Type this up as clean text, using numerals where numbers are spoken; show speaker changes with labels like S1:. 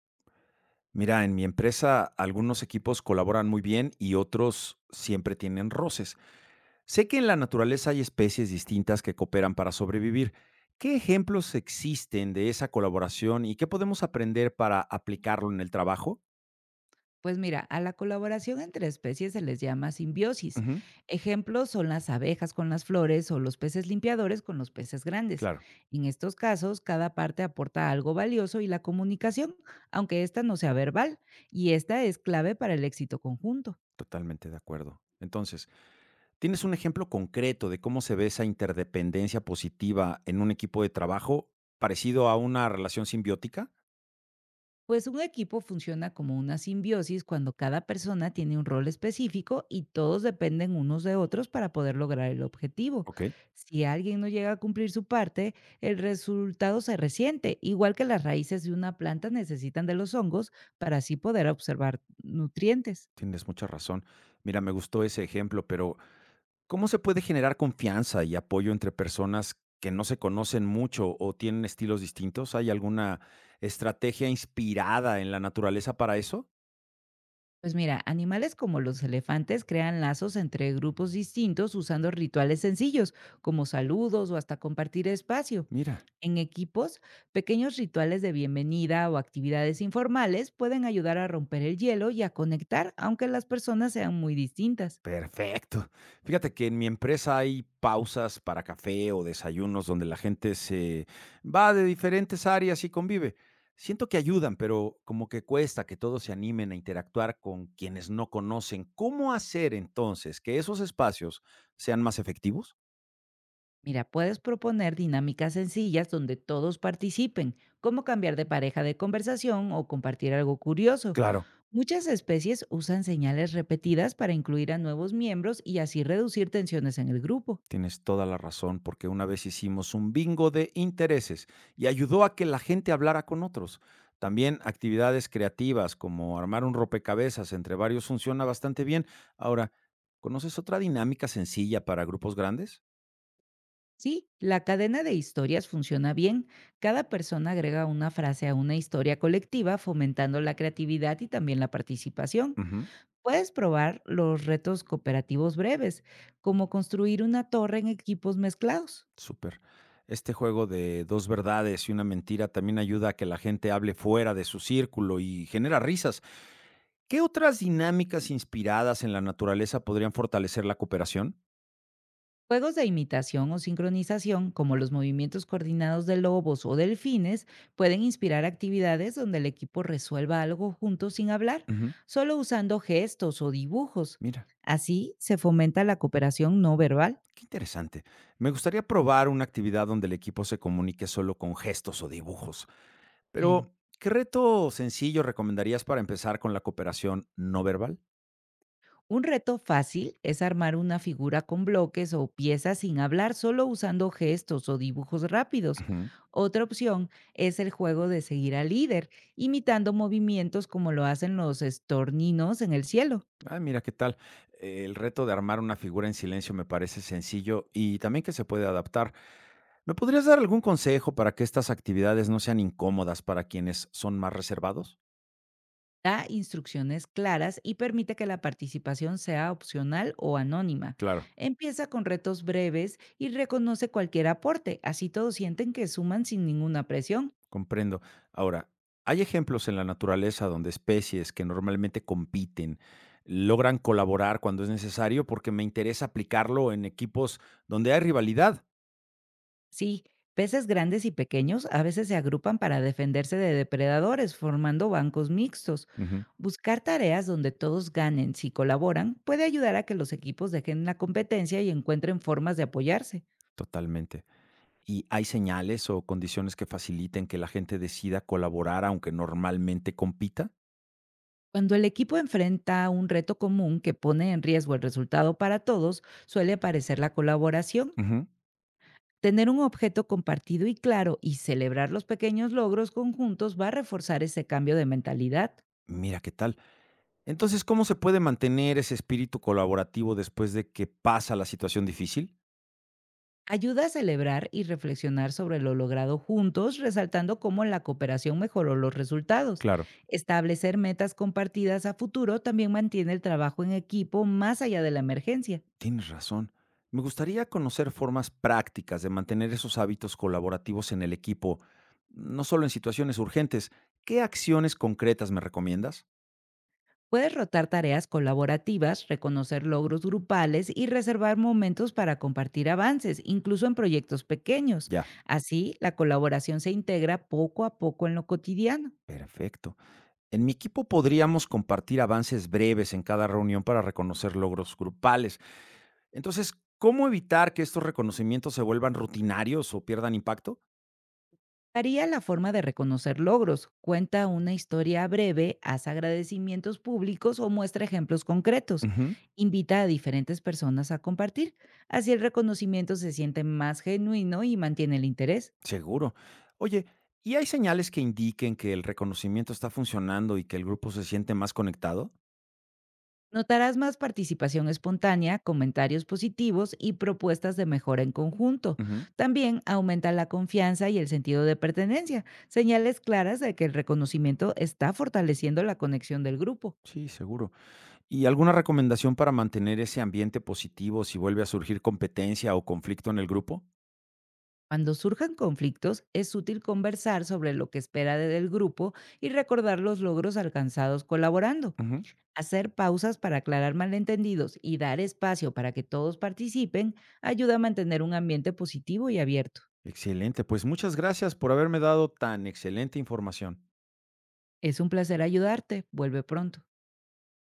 S1: Mira, en mi empresa algunos equipos colaboran muy bien y otros siempre tienen roces. Sé que en la naturaleza hay especies distintas que cooperan para sobrevivir. ¿Qué ejemplos existen de esa colaboración y qué podemos aprender para aplicarlo en el trabajo?
S2: Pues mira, a la colaboración entre especies se les llama simbiosis.
S1: Ujú.
S2: Ejemplos son las abejas con las flores o los peces limpiadores con los peces grandes.
S1: Claro,
S2: En estos casos, cada parte aporta algo valioso y la comunicación, aunque esta no sea verbal, y esta es clave para el éxito conjunto.
S1: totalmente de acuerdo. Entonces, ¿tienes un ejemplo concreto de cómo se ve esa interdependencia positiva en un equipo de trabajo parecido a una relación simbiótica?
S2: Pues un equipo funciona como una simbiosis cuando cada persona tiene un rol específico y todos dependen unos de otros para poder lograr el objetivo.
S1: Ok,
S2: Si alguien no llega a cumplir su parte, el resultado se resiente, igual que las raíces de una planta necesitan de los hongos para así poder observar nutrientes.
S1: tienes mucha razón. Mira, me gustó ese ejemplo, pero ¿cómo se puede generar confianza y apoyo entre personas que no se conocen mucho o tienen estilos distintos? ¿Hay alguna estrategia inspirada en la naturaleza para eso?
S2: Pues mira, animales como los elefantes crean lazos entre grupos distintos usando rituales sencillos, como saludos o hasta compartir espacio.
S1: Mira,
S2: En equipos, pequeños rituales de bienvenida o actividades informales pueden ayudar a romper el hielo y a conectar, aunque las personas sean muy distintas.
S1: perfecto. Fíjate que en mi empresa hay pausas para café o desayunos donde la gente se va de diferentes áreas y convive. Siento que ayudan, pero como que cuesta que todos se animen a interactuar con quienes no conocen. ¿Cómo hacer entonces que esos espacios sean más efectivos?
S2: Mira, puedes proponer dinámicas sencillas donde todos participen, como cambiar de pareja de conversación o compartir algo curioso.
S1: Claro.
S2: Muchas especies usan señales repetidas para incluir a nuevos miembros y así reducir tensiones en el grupo.
S1: Tienes toda la razón, porque una vez hicimos un bingo de intereses y ayudó a que la gente hablara con otros. También actividades creativas como armar un rompecabezas entre varios funciona bastante bien. Ahora, ¿conoces otra dinámica sencilla para grupos grandes?
S2: Sí, la cadena de historias funciona bien. Cada persona agrega una frase a una historia colectiva, fomentando la creatividad y también la participación.
S1: Ujú,
S2: Puedes probar los retos cooperativos breves, como construir una torre en equipos mezclados.
S1: súper. Este juego de dos verdades y una mentira también ayuda a que la gente hable fuera de su círculo y genera risas. ¿Qué otras dinámicas inspiradas en la naturaleza podrían fortalecer la cooperación?
S2: Juegos de imitación o sincronización, como los movimientos coordinados de lobos o delfines, pueden inspirar actividades donde el equipo resuelva algo juntos sin hablar,
S1: Ujú,
S2: solo usando gestos o dibujos.
S1: mira,
S2: Así se fomenta la cooperación no verbal.
S1: qué interesante. Me gustaría probar una actividad donde el equipo se comunique solo con gestos o dibujos,
S2: Bien,
S1: pero ¿qué reto sencillo recomendarías para empezar con la cooperación no verbal?
S2: un reto fácil es armar una figura con bloques o piezas sin hablar, solo usando gestos o dibujos rápidos.
S1: Ujú.
S2: Otra opción es el juego de seguir al líder, imitando movimientos como lo hacen los estorninos en el cielo.
S1: Ah, mira, qué tal. El reto de armar una figura en silencio me parece sencillo y también que se puede adaptar. ¿Me podrías dar algún consejo para que estas actividades no sean incómodas para quienes son más reservados?
S2: Da instrucciones claras y permite que la participación sea opcional o anónima.
S1: Claro.
S2: Empieza con retos breves y reconoce cualquier aporte, así todos sienten que suman sin ninguna presión.
S1: Comprendo. Ahora, ¿hay ejemplos en la naturaleza donde especies que normalmente compiten logran colaborar cuando es necesario? Porque me interesa aplicarlo en equipos donde hay rivalidad.
S2: Sí, peces grandes y pequeños a veces se agrupan para defenderse de depredadores, formando bancos mixtos.
S1: Ujú,
S2: Buscar tareas donde todos ganen si colaboran puede ayudar a que los equipos dejen la competencia y encuentren formas de apoyarse.
S1: totalmente. ¿Y hay señales o condiciones que faciliten que la gente decida colaborar aunque normalmente compita?
S2: Cuando el equipo enfrenta un reto común que pone en riesgo el resultado para todos, suele aparecer la colaboración.
S1: Ujú.
S2: Tener un objeto compartido y claro y celebrar los pequeños logros conjuntos va a reforzar ese cambio de mentalidad.
S1: Mira qué tal. Entonces, ¿cómo se puede mantener ese espíritu colaborativo después de que pasa la situación difícil?
S2: Ayuda a celebrar y reflexionar sobre lo logrado juntos, resaltando cómo la cooperación mejoró los resultados.
S1: Claro.
S2: Establecer metas compartidas a futuro también mantiene el trabajo en equipo más allá de la emergencia.
S1: Tienes razón. Me gustaría conocer formas prácticas de mantener esos hábitos colaborativos en el equipo, no solo en situaciones urgentes. ¿Qué acciones concretas me recomiendas?
S2: Puedes rotar tareas colaborativas, reconocer logros grupales y reservar momentos para compartir avances, incluso en proyectos pequeños.
S1: Ya,
S2: Así, la colaboración se integra poco a poco en lo cotidiano.
S1: perfecto. En mi equipo podríamos compartir avances breves en cada reunión para reconocer logros grupales. Entonces, ¿cómo evitar que estos reconocimientos se vuelvan rutinarios o pierdan impacto?
S2: Varía la forma de reconocer logros. Cuenta una historia breve, haz agradecimientos públicos o muestra ejemplos concretos.
S1: Ujú,
S2: Invita a diferentes personas a compartir. Así el reconocimiento se siente más genuino y mantiene el interés.
S1: seguro. Oye, ¿y hay señales que indiquen que el reconocimiento está funcionando y que el grupo se siente más conectado?
S2: Notarás más participación espontánea, comentarios positivos y propuestas de mejora en conjunto.
S1: Ujú.
S2: También aumenta la confianza y el sentido de pertenencia, señales claras de que el reconocimiento está fortaleciendo la conexión del grupo.
S1: Sí, seguro. ¿Y alguna recomendación para mantener ese ambiente positivo si vuelve a surgir competencia o conflicto en el grupo?
S2: Cuando surjan conflictos, es útil conversar sobre lo que del grupo y recordar los logros alcanzados colaborando.
S1: Ujú.
S2: Hacer pausas para aclarar malentendidos y dar espacio para que todos participen ayuda a mantener un ambiente positivo y abierto.
S1: Excelente, pues muchas gracias por haberme dado tan excelente información.
S2: Es un placer ayudarte. Vuelve pronto.